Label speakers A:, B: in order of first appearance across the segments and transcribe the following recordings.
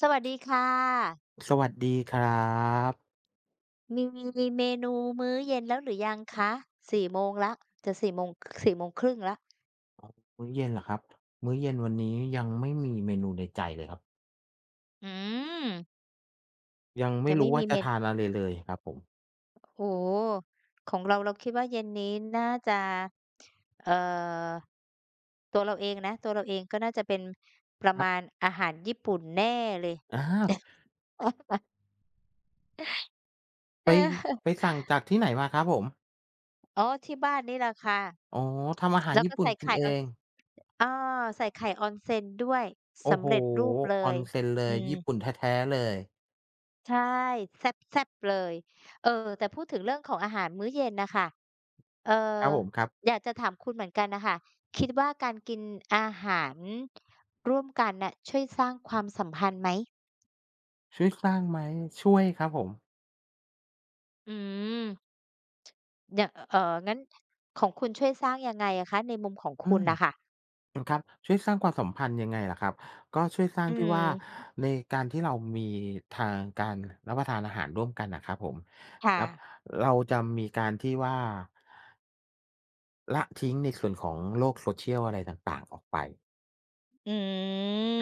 A: สวัสดีค่ะ
B: สวัสดีครับ
A: มีเมนูมื้อเย็นแล้วหรือยังคะสี่โมงแล้วจะสี่โมงสี่โมงครึ่งแล้ว
B: มื้อเย็นเหรอครับมื้อเย็นวันนี้ยังไม่มีเมนูในใจเลยครับ
A: อืม
B: ยังไม่
A: ยังไม่
B: รู้ว่า
A: มีเม
B: จะ
A: น
B: ทานอะไรเลยครับผม
A: โอ้โฮของเราเราคิดว่าเย็นนี้น่าจะเอ่อตัวเราเองนะตัวเราเองก็น่าจะเป็นประ
B: ครั
A: มาณ
B: บ
A: อาหารญี่ปุ่นแน่เลย
B: อาไป ไป
A: เ
B: สั่งจากที่ไหนมาครับผม
A: อออ๋อที่บ้านนี่แหละค่ะ
B: อ๋อทำอาหาร
A: แล้ว
B: ญี่
A: ก็
B: ปุ่น
A: ใส่
B: กิน
A: ไข่
B: เอ
A: on
B: ง
A: เออใส่ไข่ onsen ด้วย
B: โอ้
A: สำ
B: โฮ
A: เร็จรูปเลย
B: Onsen เลย
A: อืม
B: ญี่ปุ่นแท้ๆเลย
A: ใช่แซ่บๆเลยเออแต่พูดถึงเรื่องของอาหารมื้อเย็นน่ะค่ะเอ่
B: ค
A: อ
B: รับผมครับ
A: อยากจะถามคุณเหมือนกันน่ะค่ะคิดว่าการกินอาหารร่วมกันน่ะช่วยสร้างความสัมพันธ์ไหม
B: ช่วยสร้างไหมช่วยครับผม
A: อืมอย่างงั้นของคุณช่วยสร้างยังไงอะคะในมุมของ
B: อื
A: คุณน่ะค่ะ
B: ม ช่วยสร้างความสัมพันธ์ยังไงล่ะครับก็ช่วยสร้าง
A: อื
B: ที่ว่า
A: ม
B: ในการที่เรามีทางการรับประทานอาหารร่วมกันน่ะครับผม
A: ค่ะ
B: ครับเราจะมีการที่ว่าละทิ้งในส่วนของโลก social อะไรต่างๆออกไป
A: อื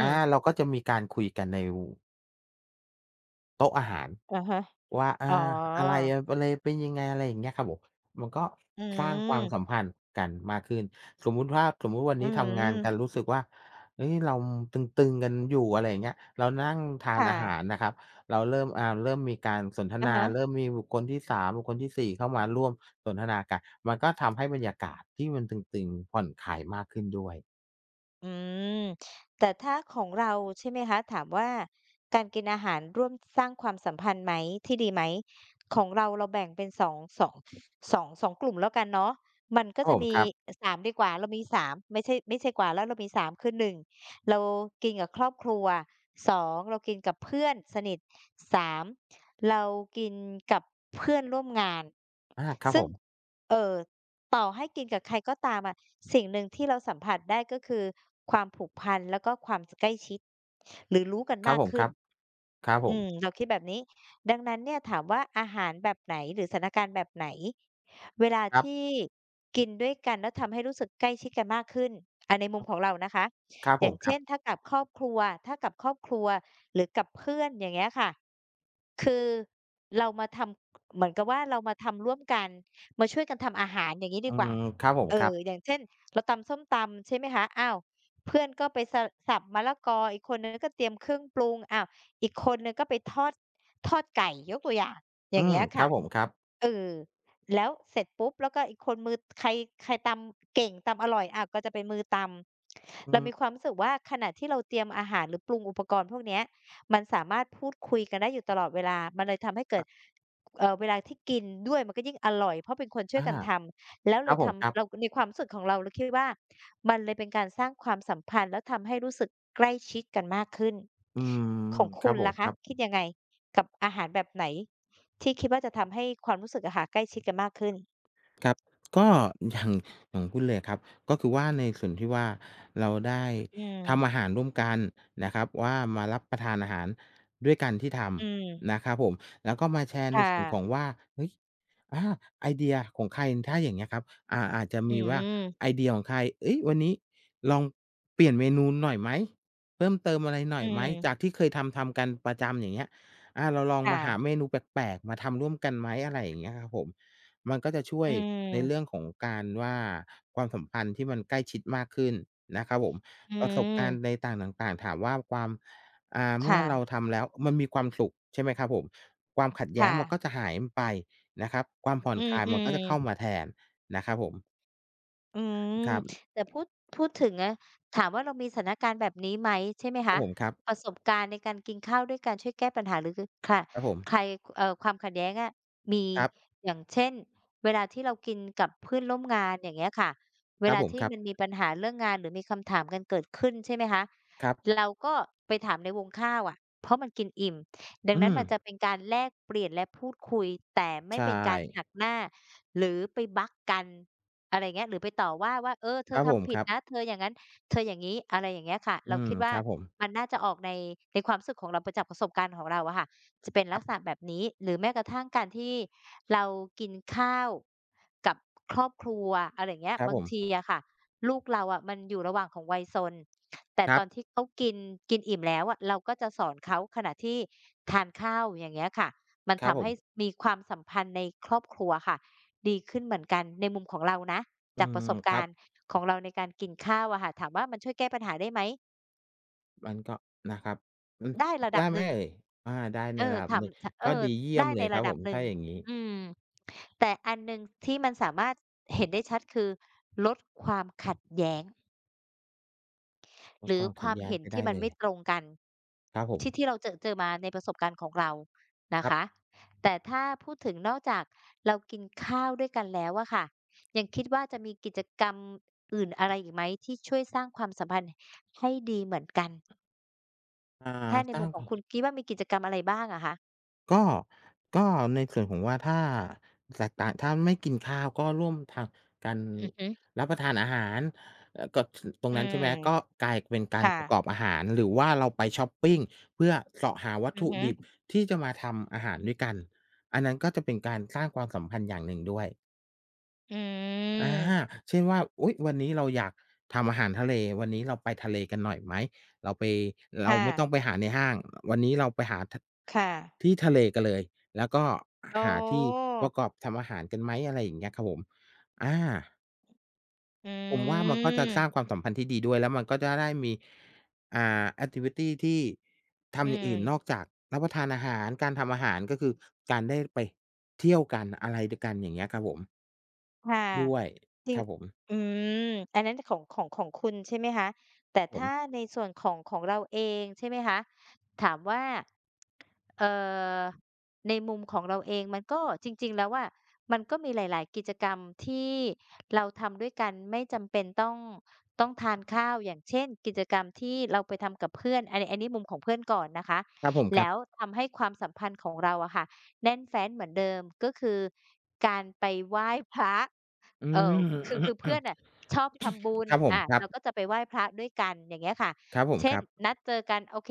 B: อาเรา
A: ม
B: ก็จะมีการคุยกันใน โต๊ะอาหาร
A: อะฮะ
B: ว่า
A: อ๋
B: อาอะไร
A: อ
B: อะไรเป็นยังไงอะไรอย่างเงี้ยครับผมมันก็
A: อื
B: สร้างความสัม
A: ม
B: พันธ์กันมากขึ้นสมมุติวัน
A: อื
B: นี้ทำงานกัน
A: ม
B: รู้สึกว่าเฮ้ยเราตึงๆกันอยู่อะไรอย่างเงี้ยเรานั่งทานอาหาร
A: ค่ะ
B: นะครับเราเริ่มเริ่มมีการสนท
A: อะ
B: นา
A: ฮะ
B: เริ่มมีบุคคลที่สามบุคคลที่สี่เข้ามาร่วมสนทนากันมันก็ทำให้บรรยากาศที่มันตึงๆผ่อนคลายมากขึ้นด้วย
A: อืมแต่ถ้าของเราใช่ไหมคะถามว่าการกินอาหารร่วมสร้างความสัมพันธ์ไหมที่ดีไหมของเราเราแบ่งเป็นสองสองสองกลุ่มแล้วกันเนาะมั
B: ค
A: นก็
B: รับ
A: จะ
B: ผม
A: มี
B: ครับ
A: สามดีกว่าเรามีสามไม่ใช่กว่าแล้วเรามี3คือหนึ่งเรากินกับครอบครัวสองเรากินกับเพื่อนสนิทสามเรากินกับเพื่อนร่วมงาน
B: อาครับผ
A: ซึ่ง
B: ม
A: เออ ต่อให้กินกับใครก็ตามอะสิ่งหนึ่งที่เราสัมผัสได้ก็คือความผูกพันแล้วก็ความสใกล้ชิดหรือรู้กัน
B: ครับ
A: มาก
B: ผมค
A: ขึ้น
B: รับครับผ
A: อืม
B: ม
A: เราคิดแบบนี้ดังนั้นเนี่ยถามว่าอาหารแบบไหนหรือสถานการณ์แบบไหนเวลา
B: ครั
A: ที่
B: บ
A: กินด้วยกันแล้วทำให้รู้สึกใกล้ชิดกันมากขึ้นอ่าในมุมของเรานะคะ
B: ครับ
A: อ
B: ผ
A: ย่า
B: ม
A: ง
B: ครั
A: เช่
B: บ
A: นถ้ากับครอบครัวถ้ากับครอบครัวหรือกับเพื่อนอย่างเงี้ยค่ะคือเรามาทำเหมือนกับว่าเรามาทำร่วมกัน มาช่วยกันทำอาหารอย่างงี้ดี
B: อื
A: กว่า
B: มครับผม
A: เอ
B: ครั
A: อ
B: บ
A: อย่างเช่นเราตำส้มตำใช่ไหมคะอ้าวเพื่อนก็ไปสะสับมะละกออีกคนหนึ่งก็เตรียมเครื่องปรุงอ้าวอีกคนหนึ่งก็ไปทอดทอดไก่ยกตัวอย่างอ
B: อื
A: ย่าง
B: ม
A: เงี้ย
B: ครั
A: ค่ะ
B: บผมครับ
A: เออแล้วเสร็จปุ๊บแล้วก็อีกคนมือใครใครตำเก่งตำอร่อยอาก็จะเป็นมือตำ
B: อื
A: เรามีค
B: ม
A: วามรู้สึกว่าขณะที่เราเตรียมอาหารหรือปรุงอุปกรณ์พวกเนี้ยมันสามารถพูดคุยกันได้อยู่ตลอดเวลามันเลยทำให้เกิด
B: อ
A: เวลาที่กินด้วยมันก็ยิ่งอร่อยเพราะเป็นคนช่วยกันท
B: า
A: ำแล้ว
B: ค
A: เล
B: รับ
A: ย
B: ผมครับ
A: ทำเราในความรู้สึกของเราเราคิดว่ามันเลยเป็นการสร้างความสัมพันธ์แล้วทำให้รู้สึกใกล้ชิดกันมากขึ้น
B: อืม
A: ของ
B: ค
A: คุ
B: รับ
A: ณ
B: ผม
A: ล่ะ
B: ค
A: คะ
B: รั
A: คิ
B: บ
A: ดยังไงกับอาหารแบบไหนที่คิดว่าจะทำให้ความรู้สึกอะค่ะใกล้ชิดกันมากขึ้น
B: ครับก็อย่างอย่างคุณเลยครับก็คือว่าในส่วนที่ว่าเราได้
A: อืม
B: ทำอาหารร่วมกันนะครับว่ามารับประทานอาหารด้วยกันที่ท
A: อืม
B: ำนะครับผมแล้วก็มาแชร์ใน
A: ค่
B: ส่วนของ
A: ะ
B: ว่าเฮ้ยอาไอเดียของใครถ้าอย่างเงี้ยครับอ่าอาจจะ
A: อื
B: มีว่า
A: ม
B: ไอเดียของใครเฮ้ยวันนี้ลองเปลี่ยนเมนูหน่อยไหมเพิ่มเติมอะไรหน่
A: อื
B: อยไหมจาก
A: ม
B: ที่เคยทำกันประจำอย่างเงี้ยอาเราลอง
A: ค่ะ
B: มาหาเมนูแปลกๆมาทำร่วมกันไหมอะไรอย่างเงี้ยครับผม มันก็จะช่ว
A: อื
B: ยในเรื่อ
A: ม
B: งของการว่าความสัมพันธ์ที่มันใกล้ชิดมากขึ้นนะครับผม
A: อื
B: ประสบ
A: ม
B: การณ์ในต่างต่างๆถามว่าความเมื่อเรา
A: ค่ะ
B: ทำแล้วมันมีความสุขใช่ไหมครับผมความขัดแย้ง
A: ค่ะ
B: มันก็จะหายไปนะครับความผ่อน
A: อื
B: ค
A: ม
B: ลาย
A: อื
B: มันก็
A: ม
B: จะเข้ามาแทนนะครับผม
A: อืม
B: ครับ
A: แต่พูดถึงอะถามว่าเรามีสถานการณ์แบบนี้ไหมใช่ไหม
B: ครั
A: คะ
B: บผมครั
A: ป
B: บ
A: ระสบการณ์ในการกินข้าวด้วยกันช่วยแก้ปัญหาหรือคือค่ะ
B: ครับผม
A: ใครความขัดแย้งอะมี
B: ครับ
A: อย่างเช่นเวลาที่เรากินกับเพื่อนร่วมงานอย่างเงี้ยค่ะเว
B: ครับ
A: ลา
B: ผม
A: ที่
B: ครับ
A: มันมีปัญหาเรื่องงานหรือมีคำถามกันเกิดขึ้นใช่ไหมคะ
B: ครับ
A: เราก็ไปถามในวงข้าวอะเพราะมันกินอิ่มดัง
B: อื
A: นั้น
B: ม
A: มันจะเป็นการแลกเปลี่ยนและพูดคุยแต่ไม่
B: ใช่
A: เป็นการหักหน้าหรือไปบักกัน อะไรอย่างเงี้ยหรือไปต่อว่าว่าเออเธ
B: ค
A: อ
B: รับผม
A: ทำผิ
B: ค
A: ด
B: รับ
A: นะเธออย่างงั้นเธออย่างงี้อะไรอย่างเงี้ยค่ะ
B: อื
A: เรา
B: ม
A: คิด
B: ค
A: ว่า
B: รับผม
A: มันน่าจะออกในความรู้สึกของเราไปจากประสบการณ์ของเราอะค่ะจะเป็น
B: ค
A: ลัก
B: รั
A: ษ
B: บ
A: ณะแบบนี้หรือแม้กระทั่งการที่เรากินข้าวกับครอบครัวอะไรอย่างเงี้ย
B: ครับ
A: บา
B: ผ
A: ง
B: ม
A: ทีอะค่ะลูกเราอะมันอยู่ระหว่างของวัยซนแต่
B: ค
A: ต
B: รั
A: อนที่
B: บ
A: เขากินกินอิ่มแล้วอะเราก็จะสอนเขาขณะที่ทานข้าวอย่างเงี้ยค่ะมัน
B: ครับ
A: ทำ
B: ผม
A: ให้สมีความสัมพันธ์ในครอบครัวค่ะ ดีขึ้นเหมือนกันในมุมของเรานะ
B: อื
A: จาก
B: ม
A: ประสบ
B: ครั
A: กา
B: บ
A: รณ์ของเราในการกินข้าวอะค่ะถามว่ามันช่วยแก้ปัญหาได้ไหม
B: มันก็นะครับอืม
A: ได้ระดับ
B: ได้
A: ห
B: ไหม
A: นึ่ง
B: เอ่ยอาได้ใน
A: เออ
B: ระดับ
A: ถา
B: ห
A: ม
B: นึ่ง
A: ถเอ
B: ก็
A: อ
B: ดีเยี่ยม
A: ได้
B: เล
A: ใน
B: ยครั
A: ระ
B: บผ
A: ดับ
B: ม
A: หนึ่ง
B: ถ้าอย่างงี้
A: อืมแต่อันหนึ่งที่มันสามารถเห็นได้ชัดคือลดความขัดแย้ง
B: ล
A: ห
B: ด
A: รื
B: ค
A: อ
B: วาม
A: ค
B: ขัด
A: วาม
B: แย้ง
A: เห็น
B: ไป
A: ที่
B: ได้
A: มัน
B: เลย
A: ไม่ตรงกัน
B: ครับผม
A: ที่ที่เราเจอมาในประสบการณ์ของเรา
B: ค
A: นะ
B: รั
A: คะ
B: บ
A: แต่ถ้าพูดถึงนอกจากเรากินข้าวด้วยกันแล้วอะค่ะยังคิดว่าจะมีกิจกรรมอื่นอะไรอีกไหมที่ช่วยสร้างความสัมพันธ์ให้ดีเหมือนกัน
B: อ่า
A: ถ้าใน
B: สร้า
A: มุ
B: ง
A: มข
B: ค
A: อง
B: วาม
A: คุณคิดว่ามีกิจกรรมอะไรบ้างอะคะ
B: ก็ก็ในส่วนของว่าถ้าแตกต่างถ้าไม่กินข้าวก็ร่วมทางกัน
A: อือฮึ
B: รับประทานอาหารก็ถตรง
A: อื
B: นั้น
A: ม
B: ใช่ไหมก็กลายเป็นการ
A: ค่ะ
B: ประกอบอาหารหรือว่าเราไปชอปปิงเพื่อเสาะหาวัต
A: อือ
B: ถุ
A: ฮึ
B: ดิบที่จะมาทำอาหารด้วยกันอันนั้นก็จะเป็นการสร้างความสัมพันธ์อย่างหนึ่งด้วย
A: อื
B: อา
A: ม
B: เช่นว่าอุ๊ยวันนี้เราอยากทำอาหารทะเล วันนี้เราไปทะเลกันหน่อยไหม เราไปเรา
A: ค่ะ
B: ไม่ต้องไปหาในห้าง วันนี้เราไปหาท
A: ค่ะ
B: ที่ทะเลกันเลย แล้วก็
A: อ๋
B: หาที่
A: อ
B: ประกอบทำอาหารกันไหมอะไรอย่างเงี้ยครับผมอา
A: อื
B: ผมว่ามันก็จะสร้าง
A: ม
B: ความสัมพันธ์ที่ดีด้วยแล้วมันก็จะได้มีแอกทิวิตีที่
A: อื
B: ทำอย่างอื่นนอก
A: ม
B: จากรับประทานอาหารการทำอาหารก็คือการได้ไปเที่ยวกันอะไรด้วยกันอย่างเงี้ยครับผม
A: ค่ะ
B: ด้วย
A: จริ
B: ค
A: ง
B: รับผม
A: อืมอันนั้นของคุณใช่ไหมคะแต่
B: ผ
A: ถ้า
B: ม
A: ในส่วนของเราเองใช่ไหมคะถามว่า เอ่อในมุมของเราเองมันก็จริงๆแล้วอะมันก็มีหลายๆกิจกรรมที่เราทำด้วยกันไม่จำเป็นต้องทานข้าวอย่างเช่นกิจกรรมที่เราไปทำกับเพื่อนอันนี้มุมของเพื่อนก่อนนะคะ
B: ครับผมครั
A: แล้ว
B: บ
A: ทำให้ความสัมพันธ์ของเราอะค่ะแน่นแฟ้นเหมือนเดิมก็คือการไปไหว้พระ
B: อื
A: เอ่อคือเพื่อ
B: ม
A: นน่ะชอบทำบุญ
B: ครับผม
A: อา
B: ครับ
A: เราก็จะไปไหว้พระด้วยกันอย่างเงี้ยค่ะ
B: ครับผม
A: เช่
B: ค
A: น
B: รับ
A: นัดเจอกันโอเค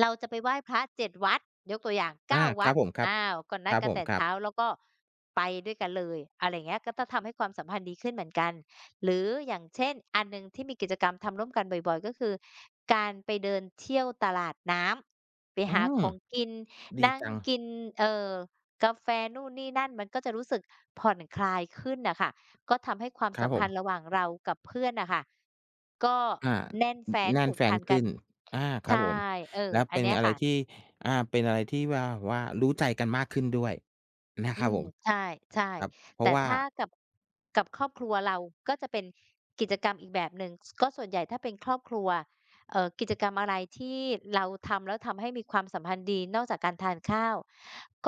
A: เราจะไปไหว้พระ7วัดยกตัวอย่าง
B: อา
A: 9
B: ค
A: วั
B: รั
A: ด
B: บผมครับ
A: อ้าวก็
B: ค
A: นัด
B: รับ
A: กัน
B: ผม
A: แต่
B: ครับ
A: เช้าแล้วก็ไปด้วยกันเลยอะไรอย่างเงี้ยก็จะทำให้ความสัมพันธ์ดีขึ้นเหมือนกันหรืออย่างเช่นอันหนึ่งที่มีกิจกรรมทำร่วมกันบ่อยๆก็คือการไปเดินเที่ยวตลาดน้ำไป
B: อื
A: หาข
B: ม
A: องกิน
B: ดี
A: นั่ง
B: จัง
A: กินเอ่อกาแฟนู่นนี่นั่นมันก็จะรู้สึกผ่อนคลายขึ้นน่ะค่ะ ก็ทำให้ความ
B: ครั
A: สั
B: บ
A: ม
B: ผ
A: พั
B: ม
A: นธ์ระหว่างเรากับเพื่อนน่ะค่ะก็
B: อา
A: แน่น
B: อ
A: แฟ้น
B: แน่น
A: ผูก
B: แฟ
A: พั
B: น
A: นกั
B: ขึ้
A: น
B: นอาครับ
A: ใช่
B: ผม
A: เออ
B: แล้ว
A: อัน
B: เป็น
A: เนี้ย
B: อะไร
A: ค่ะ
B: ที่เป็นอะไรที่ว่าว่ารู้ใจกันมากขึ้นด้วยนะค
A: อื
B: รับ
A: ม
B: ผม
A: ใช่
B: ครับเพ
A: ๆ
B: ราะ
A: แต่
B: ว่า
A: ถ้ากับกับครอบครัวเราก็จะเป็นกิจกรรมอีกแบบหนึ่งสก็ส่วนใหญ่ถ้าเป็นครอบครัวกิจกรรมอะไรที่เราทำแล้วทำให้มีความสัมพันธ์ดีนอกจากการทานข้าว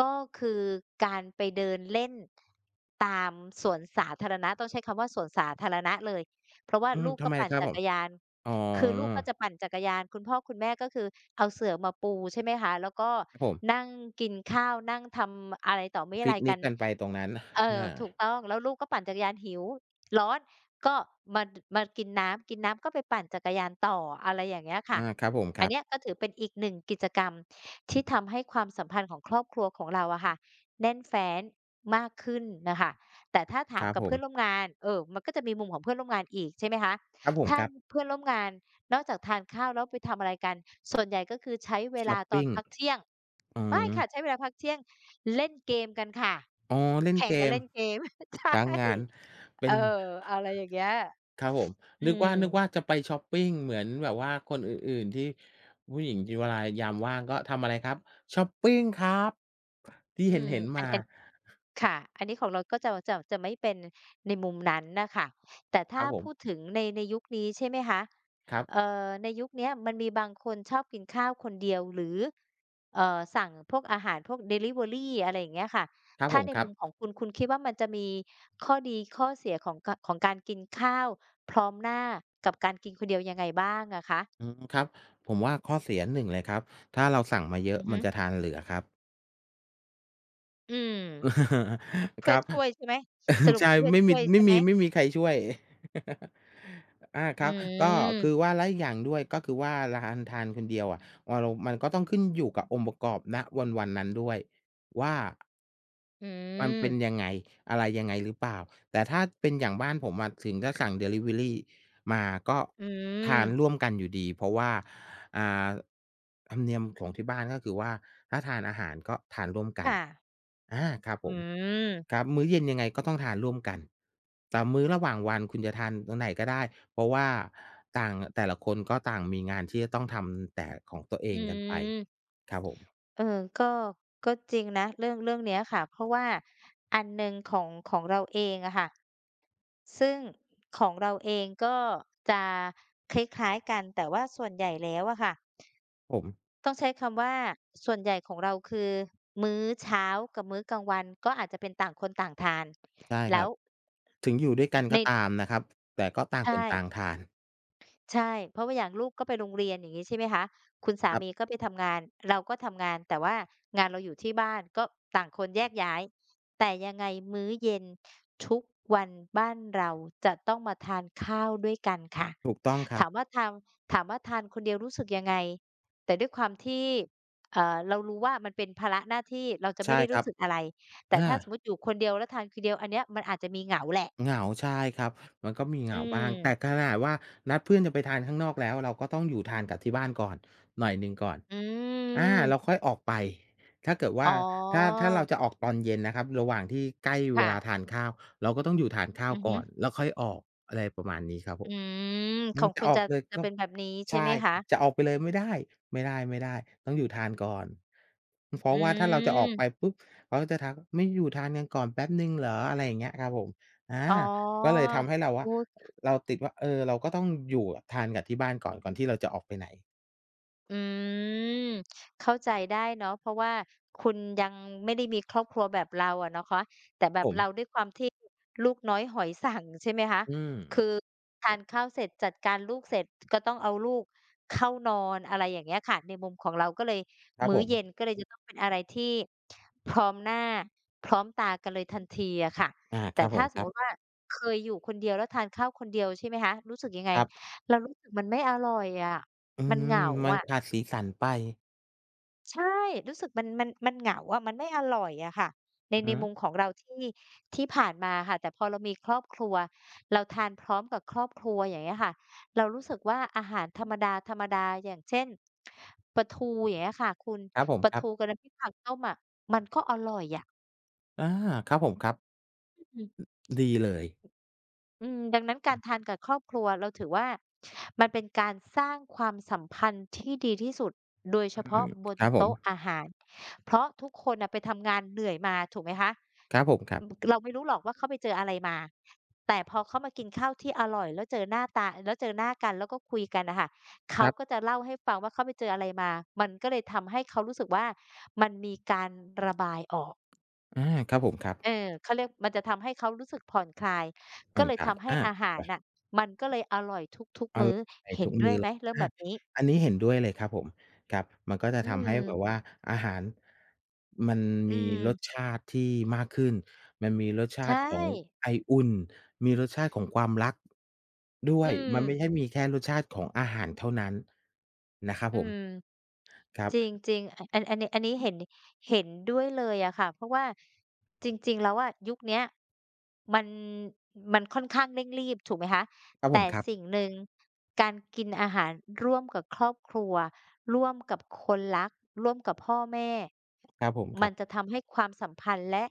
A: ก็คือการไปเดินเล่นตามสวนสาธารณะต้องใช้คำว่าสวนสาธารณะเลยเพราะว่า
B: อืม
A: ลูก
B: ทำ
A: ก็
B: ไม
A: ปั่น
B: ครับ
A: จั
B: ผ
A: ก
B: ม
A: รยาน
B: อ๋อ
A: คือลูกก็จะปั่นจักรยาน คุณพ่อคุณแม่ก็คือเอาเสื่อมาปูใช่ไหมคะ แล้วก็
B: ครับผม
A: นั่งกินข้าว นั่งทำอะไรต่อมิอะ
B: ปิ
A: ไร
B: กนิ
A: กั
B: ก
A: น
B: กันไปตรงนั้น
A: เออ
B: อา
A: ถูกต้องแล้วลูกก็ปั่นจักรยานหิวร้อนก็มาดมากินน้ำกินน้ำก็ไปปั่นจักรยานต่ออะไรอย่างเงี้ยค่ะ
B: อาครับผมค
A: อัน
B: รับ
A: เนี้ยก็ถือเป็นอีกหนึ่งกิจกรรมที่ทำให้ความสัมพันธ์ของครอบครัวของเราอะค่ะแน่นแฟ้นมากขึ้นน่ะค่ะแต่ถ้า
B: ค
A: ถาม
B: รับ
A: กับ
B: ผ
A: เพื่
B: ม
A: อนร่วมงานมันก็จะมีมุมของเพื่อนร่วมงานอีกใช่ไหมคะ
B: ครับผม
A: ถ้า
B: ครับ
A: เพื่อนร่วมงานนอกจากทานข้าวแล้วไปทำอะไรกันส่วนใหญ่ก็คือใช้เว
B: ช
A: ลา
B: อป
A: ตอ
B: ปิ
A: น
B: ง
A: พักเที่ยง
B: อื
A: ไม่
B: ม
A: ค่ะใช้เวลาพักเที่ยง เล่นเกมกันค่ะ
B: อ๋อเล่น
A: แข่ง
B: เก
A: กัน
B: ม
A: เล่นเกม ใช่
B: ล้างงานเป็
A: เออ
B: น
A: อะไรอย่างเงี้ย
B: ครับผม
A: อื
B: นึก
A: ม
B: ว่านึกว่าจะไปชอปปิงเหมือนแบบว่าคนอื่นๆที่ผู้หญิงที่เวลายามว่างก็ทำอะไรครับชอปปิงครับที่
A: อื
B: เ
A: ม
B: ห็นๆ
A: อัน
B: มา
A: อัน ค่ะอันนี้ของเราก็จะไม่เป็นในมุมนั้นน่ะค่ะแต่
B: ค
A: ถ้า
B: รับผม
A: พูดถึงในยุคนี้ใช่ไหมคะ
B: ครับ
A: ในยุคเนี้ยมันมีบางคนชอบกินข้าวคนเดียวหรือสั่งพวกอาหารพวกดิลิเวอรีอะไรอย่างเงี้ยค่ะ
B: ครับผ
A: ถ้า
B: ม
A: ใน
B: ครับ
A: มุมของคุณคุณคิดว่ามันจะมีข้อดีข้อเสียของกของการกินข้าวพร้อมหน้ากับการกินคนเดียวยังไงบ้างอะคะ
B: อืมครับผมว่าข้อเสียหนึ่งเลยครับถ้าเราสั่งมาเย
A: อื
B: อะ
A: อฮึ
B: มันจะทานเหลือครับ
A: อืม
B: ค
A: เพื่อ
B: รั
A: น
B: บ
A: ช่วยใช่ไหมสรุ ป
B: ใช่
A: คือเพื่อนช่วยใช่ไหม
B: ไม่มีใครช่วย อาค
A: อื
B: รับก็คือ
A: ม
B: ว่าอีกอย่างด้วยก็คือว่าร้านทานคนเดียวอ่ะวาเรามันก็ต้องขึ้นอยู่กับองค์ประกอบณวันๆนนั้นด้วยว่า
A: อื
B: มัน
A: ม
B: เป็นยังไงอะไรยังไงหรือเปล่าแต่ถ้าเป็นอย่างบ้านผมมาถึงจะสั่งด e ลิเวอรีมาก็
A: อืม
B: ทานร่วมกันอยู่ดีเพราะว่า อ่าธรรมเนียมของที่บ้านก็คือว่าถ้าทานอาหารก็ทานร่วมกัน
A: ค่ะ
B: อาครับผ
A: อื
B: มค
A: ม
B: รับมื้อเย็นยังไงก็ต้องทานร่วมกันแต่มื้อระหว่างวันคุณจะทานตรงไหนก็ได้เพราะว่าต่างละคนก็ต่างมีงานที่จะต้องทำแต่ของตัวเอ
A: อื
B: งกันไป
A: ม
B: ครับผม
A: เออก็ก็จริงนะ เรื่องเรื่องเนี้ยค่ะ เพราะว่า อันหนึ่งของของเราเองอะค่ะ ซึ่งของเราเองก็จะคล้ายๆกันแต่ว่าส่วนใหญ่แล้วอะค่ะ
B: ผม
A: ต้องใช้คำว่าส่วนใหญ่ของเราคือมื้อเช้ากับมื้อกลางวันก็อาจจะเป็นต่างคนต่างทาน
B: ใช่ค
A: แล้
B: รั
A: ว
B: บถึงอยู่ด้วยกัน
A: ใน
B: ก็ตามนะครับแต่ก็ต่างคน
A: ใช่
B: ต่างทาน
A: ใช่เพราะว่าอย่างลูกก็ไปโรงเรียนอย่างงี้ใช่ไหมคะคุณสา
B: ครั
A: มีก็
B: บ
A: ไปทำงานเราก็ทำงานแต่ว่างานเราอยู่ที่บ้านก็ต่างคนแยกย้ายแต่ยังไงมื้อเย็นทุกวันบ้านเราจะต้องมาทานข้าวด้วยกันค่ะ
B: ถูกต้องครั
A: ถา
B: บ
A: มว่าทถามว่าทานคนเดียวรู้สึกยังไงแต่ด้วยความที่เรารู้ว่ามันเป็นภาระหน้าที่เราจะไม่
B: ใช่
A: ได้
B: ค
A: รู้
B: รับ
A: สึกอะไรแต่
B: อา
A: ถ้าสมมุติอยู่คนเดียวแล้วทานคนเดียวอันเนี้ยมันอาจจะมีเหงาแหละ
B: เหงาใช่ครับมันก็มีเห
A: อื
B: งาบ้างแต่ข
A: ม
B: นาดว่านัดเพื่อนจะไปทานข้างนอกแล้วเราก็ต้องอยู่ทานกับที่บ้านก่อนหน่อยหนึ่งก่อน
A: อื
B: อาเรา
A: ม
B: ค่อยออกไปถ้าเกิด
A: อ๋อ
B: ว่าถ้าเราจะออกตอนเย็นนะครับระหว่างที่ใกล้เว
A: ค่ะ
B: ลาทานข้าวเราก็ต้องอยู่ทานข้าว
A: อือฮึ
B: ก่อนแล้วค่อยออกอะไรประมาณนี้ครับผ
A: อื
B: ม
A: มข
B: อื
A: อ
B: ม
A: ง
B: จะ
A: คุณ
B: ออ
A: จะ
B: กเลย
A: จะ
B: ก็
A: เป็นแบบนี้ใช่ไห
B: ใช่
A: มคะ
B: จะออกไปเลยไม่ได้ไม่ได้ต้องอยู่ทานก่อนเพ
A: อื
B: ราะว่าถ้าเราจะออกไป
A: ม
B: ปุ๊บเขาก็จะทักไม่อยู่ทานกันก่อนแป๊บหนึ่งเหรออะไรอย่างเงี้ยครับผม อา
A: อ๋อ
B: ก็เลยทำให้เราว่า
A: โอ้
B: เราติดว่าเออเราก็ต้องอยู่ทานกับที่บ้านก่อนก่อนที่เราจะออกไปไหน
A: อืมเข้าใจได้เนาะเพราะว่าคุณยังไม่ได้มีครอบครัวแบบเราอะเนาะคะแต่แบบ
B: ผม
A: เราด้วยความที่ลูกน้อยหอยสั่งใช่ไหมคะ
B: อืม
A: คือทานข้าวเสร็จจัดการลูกเสร็จก็ต้องเอาลูกเข้านอนอะไรอย่างเงี้ยค่ะในมุมของเราก็เลย
B: ครับ
A: มื้
B: ผ
A: อเย็น
B: ม
A: ก็เลยจะต้องเป็นอะไรที่พร้อมหน้าพร้อมตากันเลยทันทีอะค่ะ
B: อา
A: แต่
B: ครับผ
A: ถ้า
B: ม
A: ส
B: ค
A: มม
B: รับ
A: ติว่าเคยอยู่คนเดียวแล้วทานข้าวคนเดียวใช่ไหมคะรู้สึกยังไง
B: ครับ
A: เรารู้สึกมันไม่อร่อยอะ
B: อื
A: มันเห
B: ม
A: งา
B: มัน
A: อะ
B: ขาดสีสันไป
A: ใช่รู้สึกมันเหงาอะมันไม่อร่อยอะค่ะใน
B: อือฮึ
A: มุมของเราที่ที่ผ่านมาค่ะแต่พอเรามีครอบครัวเราทานพร้อมกับครอบครัวอย่างเงี้ยค่ะเรารู้สึกว่าอาหารธรรมดาๆอย่างเช่นปลาทูอย่างเงี้ยค่ะคุณ
B: ครับผม
A: ปลา
B: ครั
A: ทู
B: บ
A: กับน้ำพริกผักต้มอะมันก็อร่อยอะ
B: อาครับผมครับ
A: อืม
B: ดีเลย
A: อืมดังนั้นการทานกับครอบครัวเราถือว่ามันเป็นการสร้างความสัมพันธ์ที่ดีที่สุดโดยเฉ
B: อื
A: พาะ
B: ม
A: บน
B: ครับผม
A: โต๊ะอาหารเพราะทุกคนนะไปทำงานเหนื่อยมาถูกไหมคะ
B: ครับผมครับ
A: เราไม่รู้หรอกว่าเขาไปเจออะไรมาแต่พอเขามากินข้าวที่อร่อยแล้วเจอหน้าตาแล้วเจอหน้ากันแล้วก็คุยกันนะคะ
B: ค
A: เขา
B: รั
A: ก็
B: บ
A: จะเล่าให้ฟังว่าเขาไปเจออะไรมามันก็เลยทำให้เขารู้สึกว่ามันมีการระบายออก
B: อาครับผมครับ
A: เออเขาเรียกมันจะทำให้เขารู้สึกผ่อนคลาย
B: ผ่
A: ก็
B: อน
A: เลย
B: คลาย
A: ทำให้
B: อา
A: อาหารน่ะมันก็เลยอร่อยทุก
B: อ
A: ๆ
B: ร่
A: มื้อ
B: อนไล
A: เห็
B: ทุ
A: น
B: ก
A: ด้ว
B: มื้
A: ย
B: อ
A: ไห
B: เล
A: ม
B: ย
A: เรื่อง
B: อา
A: แบบนี้
B: อันนี้เห็นด้วยเลยครับผมครับมันก็จะ
A: อื
B: ทำให้แบบว่า
A: ม
B: อาหารมัน
A: อื
B: มี
A: ม
B: รสชาติที่มากขึ้นมันมีรสชา
A: ใช่
B: ติของไออุ่นมีรสชาติของความรักด้ว
A: อื
B: ย
A: ม
B: มันไม่ใช่มีแค่รสชาติของอาหารเท่านั้นนะครับ
A: อื
B: ผม
A: ม
B: ครับ
A: จริงๆอันนี้อันนี้เห็นเห็นด้วยเลยอะค่ะเพราะว่าจริงๆ แล้วอะยุคเนี้ยมันมันค่อนข้างเร่งรีบถูกไหมคะ
B: ครับผ
A: แต่
B: มครั
A: สิ่ง
B: บ
A: หนึ่งการกินอาหารร่วมกับครอบครัวร่วมกับคนรักร่วมกับพ่อแม่
B: ครับผมค
A: มั
B: รั
A: น
B: บ
A: จะทำให้ความสัมพันธ์และ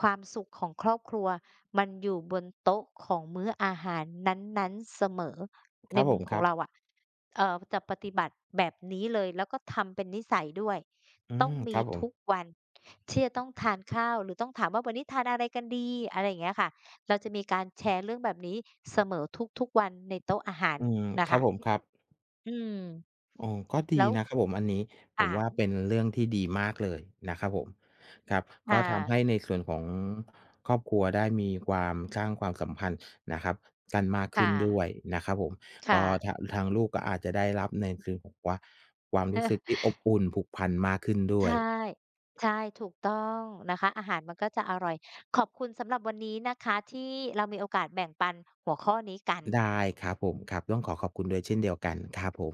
A: ความสุขของครอบครัวมันอยู่บนโต๊ะของมื้ออาหารนั้นๆเสมอ
B: ค
A: ใน
B: รับผ
A: มุม
B: ม
A: ข
B: ค
A: อง
B: รับ
A: เราอะ จะปฏิบัติแบบนี้เลยแล้วก็ทำเป็นนิสัยด้วย
B: อื
A: ต้อง
B: มค
A: มี
B: รับผม
A: ทุกวันที่จะต้องทานข้าวหรือต้องถามว่าวันนี้ทานอะไรกันดีอะไรอย่างเงี้ยค่ะเราจะมีการแชร์เรื่องแบบนี้เสมอทุกๆวันในโต๊ะอาหาร
B: อืม
A: น่ะ
B: ครับ
A: ค่ะ
B: ผมครับ
A: อืม
B: อ๋อก็ดี
A: แล้ว
B: นะครับผมอันนี้ผม
A: ค่ะ
B: ว่าเป็นเรื่องที่ดีมากเลยนะครับผมครับก็
A: ค่ะ
B: ทำให้ในส่วนของครอบครัวได้มีความสร้างความสัมพันธ์นะครับกันมากขึ้น
A: ค่ะ
B: ด้วยนะครับผม
A: ค่ะ
B: ก็ทางทางลูกก็อาจจะได้รับในส่วนของว่าความรู้สึกที่อ บอุ่นผูกพันมากขึ้นด้ว
A: ใช่
B: ย
A: ใช่ถูกต้องนะคะอาหารมันก็จะอร่อยขอบคุณสำหรับวันนี้นะคะที่เรามีโอกาสแบ่งปันหัวข้อนี้กัน
B: ได้ครับผมครับต้องขอขอบคุณด้วยเช่นเดียวกันครับผม